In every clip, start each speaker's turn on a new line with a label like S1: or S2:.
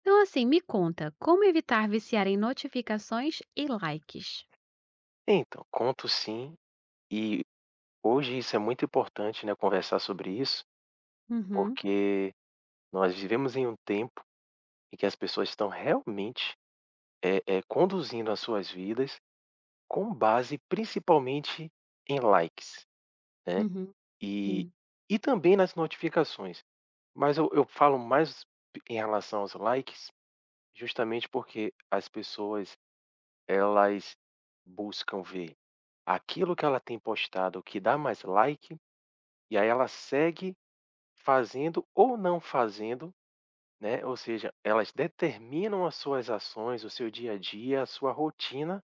S1: Então, assim, me conta, como evitar viciar em notificações e likes?
S2: Então, conto sim, e hoje isso é muito importante, né, conversar sobre isso,
S1: Uhum,
S2: porque nós vivemos em um tempo em que as pessoas estão realmente, conduzindo as suas vidas com base principalmente em likes, né,
S1: uhum,
S2: e
S1: sim.
S2: e também nas notificações. Mas eu falo mais em relação aos likes, justamente porque as pessoas, elas buscam ver aquilo que ela tem postado que dá mais like. E aí ela segue fazendo ou não fazendo, né, ou seja, elas determinam as suas ações, o seu dia a dia, a sua rotina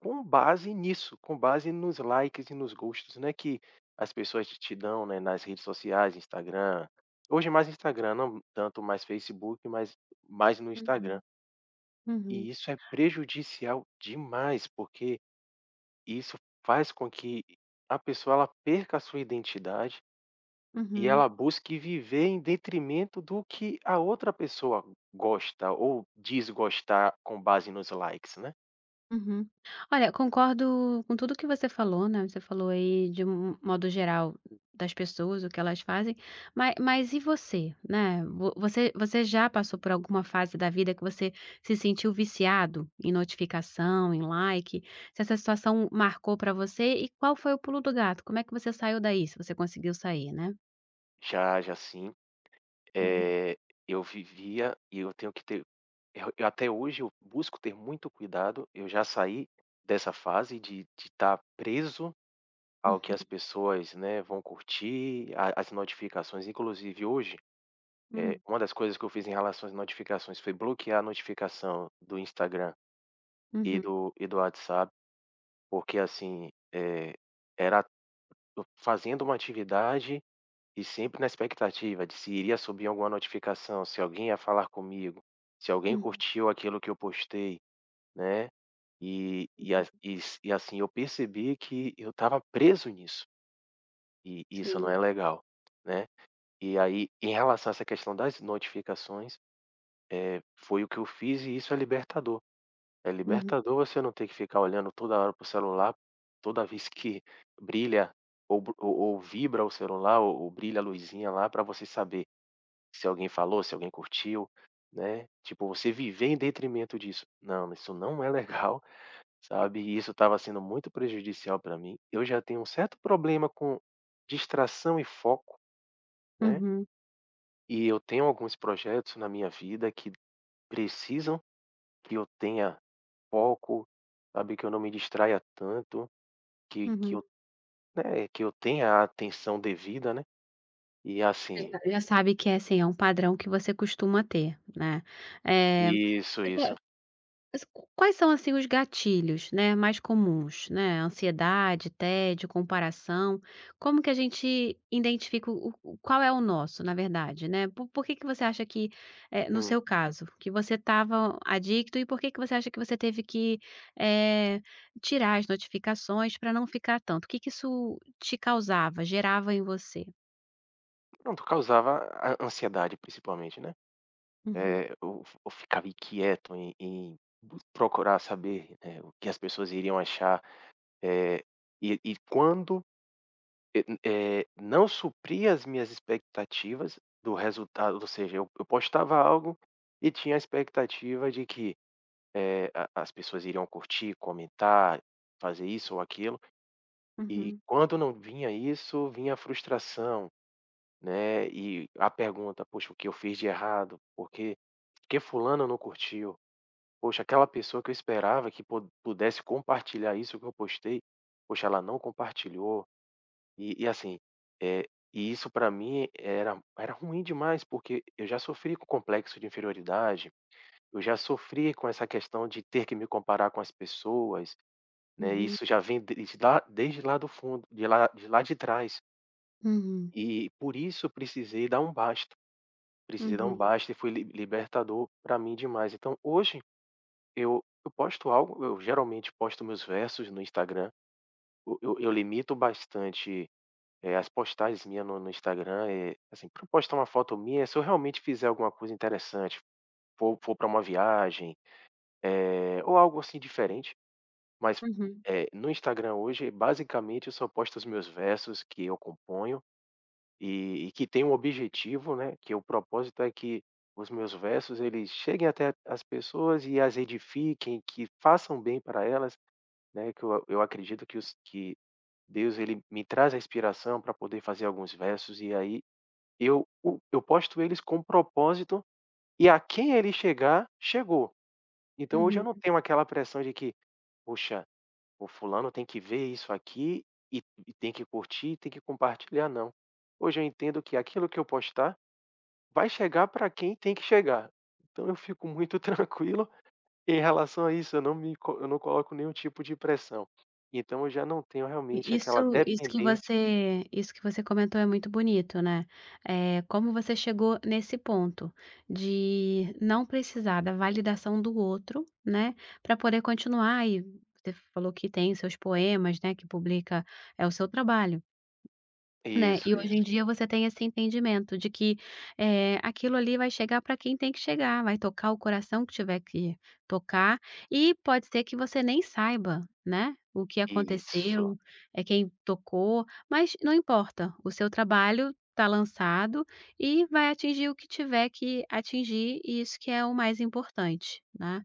S2: com base nisso, com base nos likes e nos gostos, né, que as pessoas te dão, né, nas redes sociais, Instagram. Hoje mais Instagram, não tanto mais Facebook, mas mais no
S1: Uhum,
S2: Instagram. E
S1: uhum,
S2: isso é prejudicial demais, porque isso faz com que a pessoa ela perca a sua identidade e
S1: uhum.
S2: ela busque viver em detrimento do que a outra pessoa gosta ou diz com base nos likes, né.
S1: Uhum. Olha, concordo com tudo que você falou, né, você falou aí de um modo geral das pessoas, o que elas fazem, mas, e você, né, vo você você já passou por alguma fase da vida que você se sentiu viciado em notificação, em like? Se essa situação marcou pra você e qual foi o pulo do gato? Como é que você saiu daí, se você conseguiu sair, né?
S2: Já já sim,
S1: Uhum,
S2: eh, eu vivia e eu tenho que ter, eu até hoje eu busco ter muito cuidado, eu já saí dessa fase de estar preso ao que
S1: uhum,
S2: as pessoas, né, vão curtir, a as notificações, inclusive hoje,
S1: hum,
S2: uma das coisas que eu fiz em relação às notificações foi bloquear a notificação do Instagram e
S1: uhum,
S2: do WhatsApp. Porque assim, era eu fazendo uma atividade e sempre na expectativa de se iria subir alguma notificação, se alguém ia falar comigo, se alguém
S1: uhum,
S2: curtiu aquilo que eu postei, né. E
S1: uhum,
S2: as e s e assim, eu percebi que eu estava preso nisso, e isso não
S1: sim,
S2: é legal, né. E aí, em relação a essa questão das notificações, foi o que eu fiz e isso é libertador. É
S1: uhum,
S2: libertador você não ter que ficar olhando toda hora pro celular, toda vez que brilha ou bru ou vibra o celular ou brilha a luzinha lá para você saber se alguém falou, se alguém curtiu, né. Tipo, você viver em detrimento disso. Não, isso não é legal, sabe, e isso estava sendo muito prejudicial para mim. Eu já tenho um certo problema com distração e foco, né,
S1: uhum,
S2: e eu tenho alguns projetos na minha vida que precisam que eu tenha foco, sabe, que eu não me distraia tanto. Que
S1: uhum.
S2: eu Né, que eu tenha a atenção devida, né, e
S1: Você
S2: assim
S1: já sabe que é, assim, é um padrão que você costuma ter, né. Eh,
S2: isso,
S1: você po
S2: isso.
S1: mas quais são, assim, os gatilhos, né, mais comuns, né, ansiedade, tédio, comparação, como que a gente identifica o qual é o nosso, na verdade, né? Po por que que você acha que, no
S2: Hum.
S1: seu caso, que você estava adicto e por que que você acha que você teve que, eh, tirar as notificações para não ficar tanto? O que que isso te causava, gerava em você?
S2: Pronto, causava a ansiedade principalmente, né.
S1: Uhum,
S2: Eu ficava inquieto em procurar saber, o que as pessoas iriam achar, eh, e quando, eh n- não supria as minhas expectativas do resultado, ou seja, eu postava algo e tinha a expectativa de que, a as pessoas iriam curtir, comentar, fazer isso ou aquilo. E
S1: uhum,
S2: quando não vinha isso, vinha a frustração, né, e a pergunta: "Poxa, o que eu fiz de errado? Por que fulano não curtiu? Poxa, aquela pessoa que eu esperava que po pudesse compartilhar isso que eu postei, poxa, ela não compartilhou". E assim, eh, isso para mim era ruim demais, porque eu já sofri com o complexo de inferioridade, eu já sofri com essa questão de ter que me comparar com as pessoas, né,
S1: uhum.
S2: isso já vem desde lá do fundo, de lá de trás.
S1: Uhum,
S2: E por isso precisei dar um basta, precisei dar um
S1: uhum,
S2: basta e foi li libertador para mim demais. Então hoje eu posto algo, eu geralmente posto meus versos no Instagram, eu limito bastante, as postagens minhas no Instagram, assim, pra postar uma foto minha, se eu realmente fizer alguma coisa interessante, for pra uma viagem, ou algo assim diferente, mas,
S1: uhum,
S2: no Instagram hoje basicamente eu só posto os meus versos que eu componho. E que tem um objetivo, né, que o propósito é que os meus versos eles cheguem até as pessoas e as edifiquem, que façam bem para elas, né, que eu acredito que os que Deus ele me traz a inspiração para poder fazer alguns versos e aí eu posto eles com propósito e a quem ele chegar, chegou. Então hoje eu não
S1: uhum.
S2: tenho aquela pressão de que: "Poxa, o fulano tem que ver isso aqui e tem que curtir, tem que compartilhar", não. Hoje eu entendo que aquilo que eu postar vai chegar para quem tem que chegar. Então eu fico muito tranquilo em relação a isso, eu não me co eu não coloco nenhum tipo de pressão. Então eu já não tenho realmente
S1: E
S2: aquela
S1: isso que
S2: dependência.
S1: você comentou é muito bonito, né. É como você chegou nesse ponto de não precisar da validação do outro, né, para poder continuar e você falou que tem seus poemas, né, que publica, é o seu trabalho. Né,
S2: Isso,
S1: e hoje em
S2: isso.
S1: dia você tem esse entendimento de que, aquilo ali vai chegar para quem tem que chegar, vai tocar o coração que tiver que tocar, e pode ser que você nem saiba, né, o que
S2: Isso,
S1: aconteceu, é quem tocou, mas não importa, o seu trabalho está lançado e vai atingir o que tiver que atingir e isso que é o mais importante, né.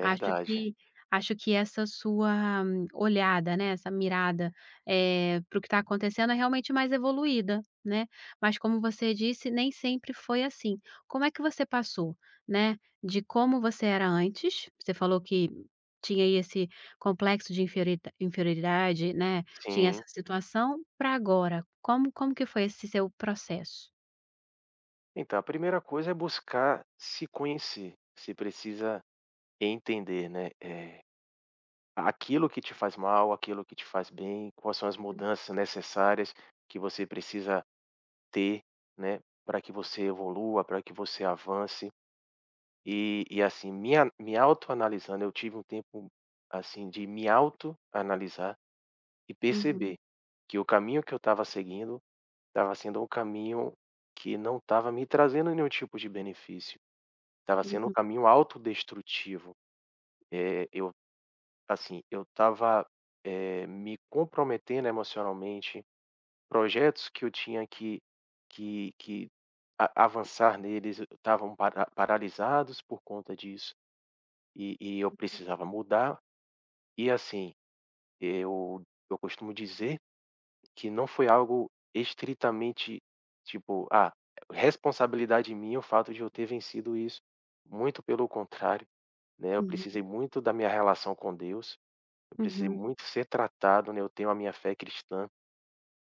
S1: Acho que acho que essa sua olhada, né, essa mirada para o que está acontecendo é realmente mais evoluída, né. Mas como você disse, nem sempre foi assim. Como é que você passou, né, de como você era antes, você falou que tinha aí esse complexo de inferioridade, né, tinha essa
S2: Sim.
S1: situação, para agora, como como que foi esse seu processo?
S2: Então a primeira coisa é buscar se conhecer. Você precisa entender, né, é aquilo que te faz mal, aquilo que te faz bem, quais são as mudanças necessárias que você precisa ter, né, para que você evolua, para que você avance. E assim, me autoanalisando, eu tive um tempo, assim, de me autoanalisar e
S1: Uhum,
S2: perceber que o caminho que eu estava seguindo, estava sendo um caminho que não estava me trazendo nenhum tipo de benefício, estava sendo um
S1: uhum,
S2: caminho autodestrutivo. Eu assim, eu estava, me comprometendo emocionalmente, projetos que eu tinha que a avançar neles estavam paralisados por conta disso, e eu precisava mudar. E assim, eu eu costumo dizer que não foi algo estritamente, tipo: "Ah, responsabilidade minha o fato de eu ter vencido isso". Muito pelo contrário, né, eu precisei
S1: uhum,
S2: muito da minha relação com Deus, eu precisei
S1: uhum,
S2: muito ser tratado, né, eu tenho a minha fé cristã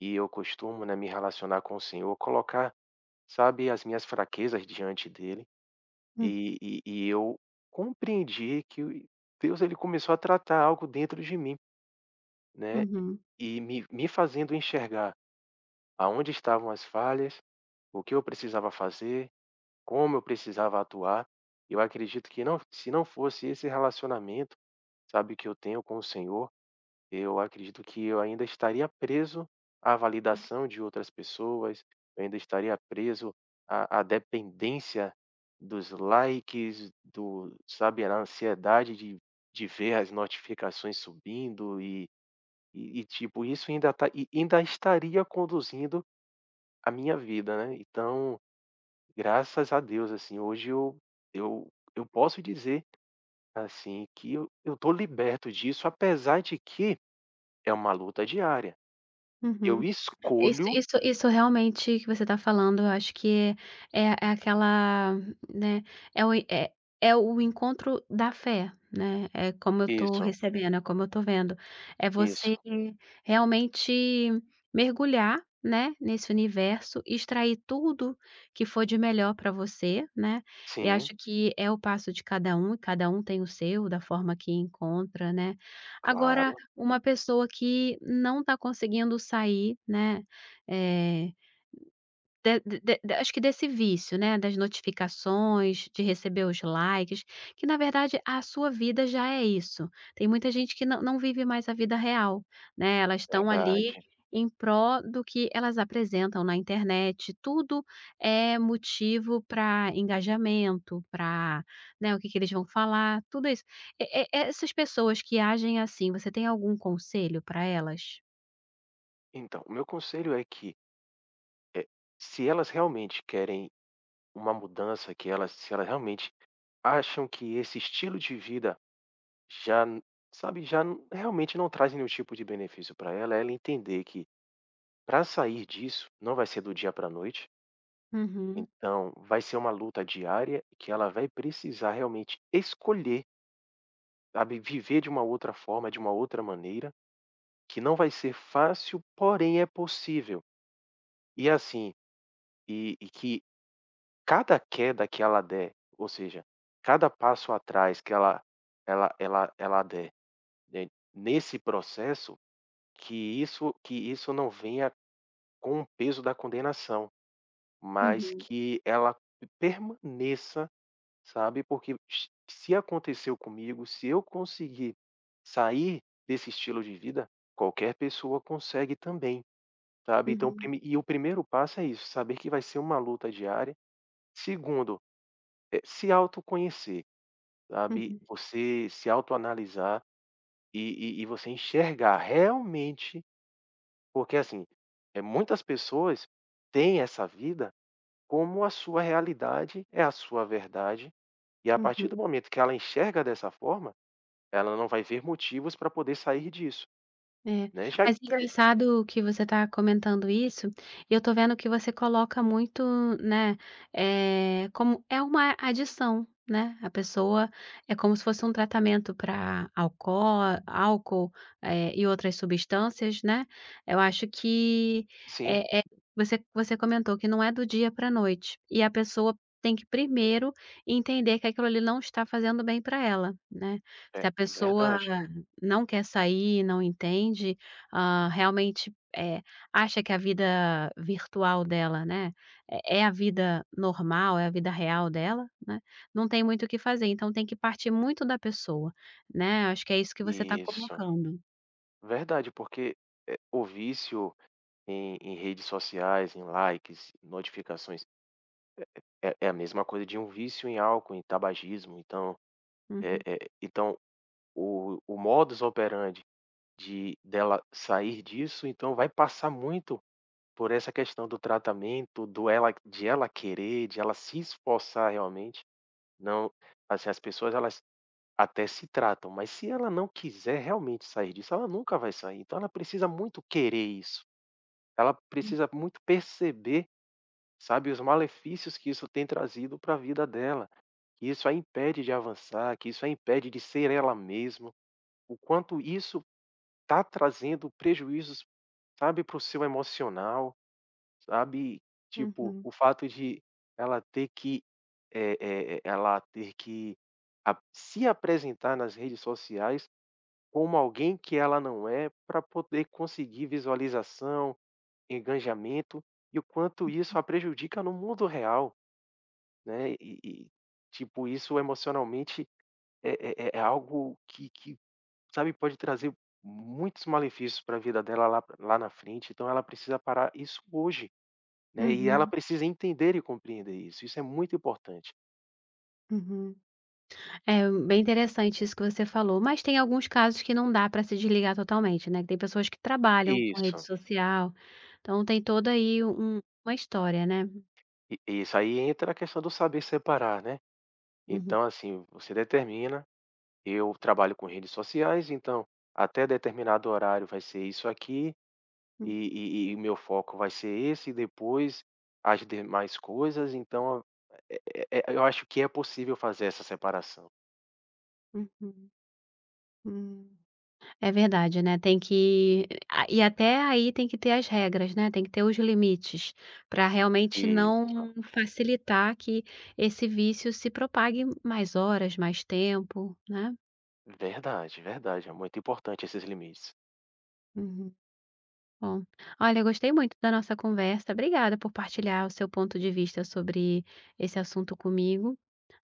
S2: e eu costumo, né, me relacionar com o Senhor, colocar, sabe, as minhas fraquezas diante dele,
S1: hum,
S2: e eu compreendi que o Deus ele começou a tratar algo dentro de mim, né,
S1: uhum,
S2: e me fazendo enxergar aonde estavam as falhas, o que eu precisava fazer, como eu precisava atuar. Eu acredito que se não fosse esse relacionamento, sabe, que eu tenho com o Senhor, eu acredito que eu ainda estaria preso à validação de outras pessoas, eu ainda estaria preso à dependência dos likes, do, sabe, a ansiedade de ver as notificações subindo e, e, tipo, isso ainda, tá, e ainda estaria conduzindo a minha vida, né? Então, graças a Deus, assim, hoje eu, eu posso dizer, assim, que eu tô liberto disso, apesar de que é uma luta diária. Eu
S1: uhum. Isso
S2: escolho
S1: isso isso realmente que você está falando, eu acho que é aquela, né, é o é é o encontro da fé, né, é como eu estou
S2: isso,
S1: recebendo, é como eu estou vendo. É você
S2: isso.
S1: realmente mergulhar, né, nesse universo, extrair tudo que for de melhor para você, né, e
S2: Sim,
S1: acho que é o passo de cada um, e cada um tem o seu, da forma que encontra, né. Agora,
S2: claro,
S1: uma pessoa que não está conseguindo sair, né, eh, de acho que desse vício, né, das notificações, de receber os likes, que na verdade a sua vida já é isso. Tem muita gente que não vive mais a vida real, né, elas estão ali
S2: verdade.
S1: em prol do que elas apresentam na internet, tudo é motivo para engajamento, para o que que eles vão falar, tudo isso. E essas pessoas que agem assim, você tem algum conselho para elas?
S2: Então, o meu conselho é que, eh, se elas realmente querem uma mudança, que elas se elas realmente acham que esse estilo de vida já n sabe, já n realmente não traz nenhum tipo de benefício para ela, é ela entender que para sair disso não vai ser do dia para a noite,
S1: Uhum,
S2: então vai ser uma luta diária que ela vai precisar realmente escolher, sabe, viver de uma outra forma, de uma outra maneira. Que não vai ser fácil, porém é possível. E assim, que cada queda que ela der, ou seja, cada passo atrás que ela der, né, nesse processo, que isso que isso não venha com o peso da condenação, mas
S1: uhum,
S2: que ela permaneça, sabe, porque x se aconteceu comigo, se eu conseguir sair desse estilo de vida, qualquer pessoa consegue também. Sabe, então
S1: uhum,
S2: o primeiro passo é isso, saber que vai ser uma luta diária. Segundo, se autoconhecer, sabe,
S1: uhum.
S2: você se autoanalisar e você enxergar realmente porque, assim, é muitas pessoas têm essa vida como a sua realidade, é a sua verdade, e a partir do
S1: Uhum.
S2: momento que ela enxerga dessa forma, ela não vai ver motivos para poder sair disso,
S1: É.
S2: né, já
S1: Mas engraçado que você está comentando isso, e eu tô vendo que você coloca muito, né, como é uma adição, né, a pessoa é como se fosse um tratamento para álcool, álcool, e outras substâncias, né. Eu acho que,
S2: sim,
S1: é eh, é, você comentou que não é do dia para a noite, e a pessoa tem que primeiro entender que aquilo ali não está fazendo bem para ela, né. Se
S2: é
S1: a pessoa
S2: verdade.
S1: não quer sair, não entende, realmente, acha que a vida virtual dela, né, é a vida normal, é a vida real dela, né, não tem muito o que fazer, então tem que partir muito da pessoa, né, acho que é isso que você está
S2: Isso,
S1: colocando.
S2: verdade, porque, o vício em redes sociais, em likes, notificações, é a mesma coisa de um vício em álcool, em tabagismo, então,
S1: Uhum,
S2: então o modus operandi de dela sair disso, então vai passar muito por essa questão do tratamento, do ela de ela querer, de ela se esforçar realmente, não assim, as pessoas elas até se tratam, mas se ela não quiser realmente sair disso, ela nunca vai sair, então ela precisa muito querer isso, ela precisa muito perceber, sabe, os malefícios que isso tem trazido para a vida dela, que isso a impede de avançar, que isso a impede de ser ela mesma, o quanto isso está trazendo prejuízos, sabe, para o seu emocional, sabe, tipo,
S1: uhum,
S2: o fato de ela ter que, ela ter que a se apresentar nas redes sociais como alguém que ela não é para poder conseguir visualização, engajamento, e o quanto isso a prejudica no mundo real. Né, tipo, isso emocionalmente é algo que sabe, pode trazer muitos malefícios para a vida dela lá na frente, então ela precisa parar isso hoje, né, e ela
S1: uhum,
S2: precisa entender e compreender isso, isso é muito importante.
S1: uhum. É bem interessante isso que você falou, mas tem alguns casos que não dá para se desligar totalmente, né, que tem pessoas que trabalham com rede
S2: Isso,
S1: social, então tem toda aí uma história, né.
S2: i isso, aí entra a questão do saber separar, né.
S1: Uhum.
S2: Então, assim, você determina, eu trabalho com redes sociais, então até determinado horário vai ser isso aqui.
S1: Uhum,
S2: E e o meu foco vai ser esse, e depois as demais coisas, então é eu acho que é possível fazer essa separação.
S1: uhum, hum. É verdade, né, tem que a e até aí tem que ter as regras, né, tem que ter os limites, para realmente
S2: Isso,
S1: não facilitar que esse vício se propague mais horas, mais tempo, né.
S2: verdade, verdade, é muito importante esses limites.
S1: Uhum. Bom, olha, eu gostei muito da nossa conversa, obrigada por partilhar o seu ponto de vista sobre esse assunto comigo.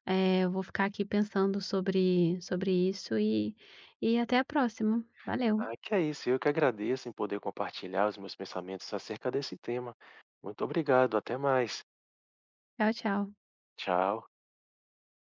S1: Eu vou ficar aqui pensando sobre isso e até a próxima. Valeu,
S2: Ah, que é isso, eu que agradeço em poder compartilhar os meus pensamentos acerca desse tema. Muito obrigado, até mais.
S1: tchau, tchau.
S2: Tchau.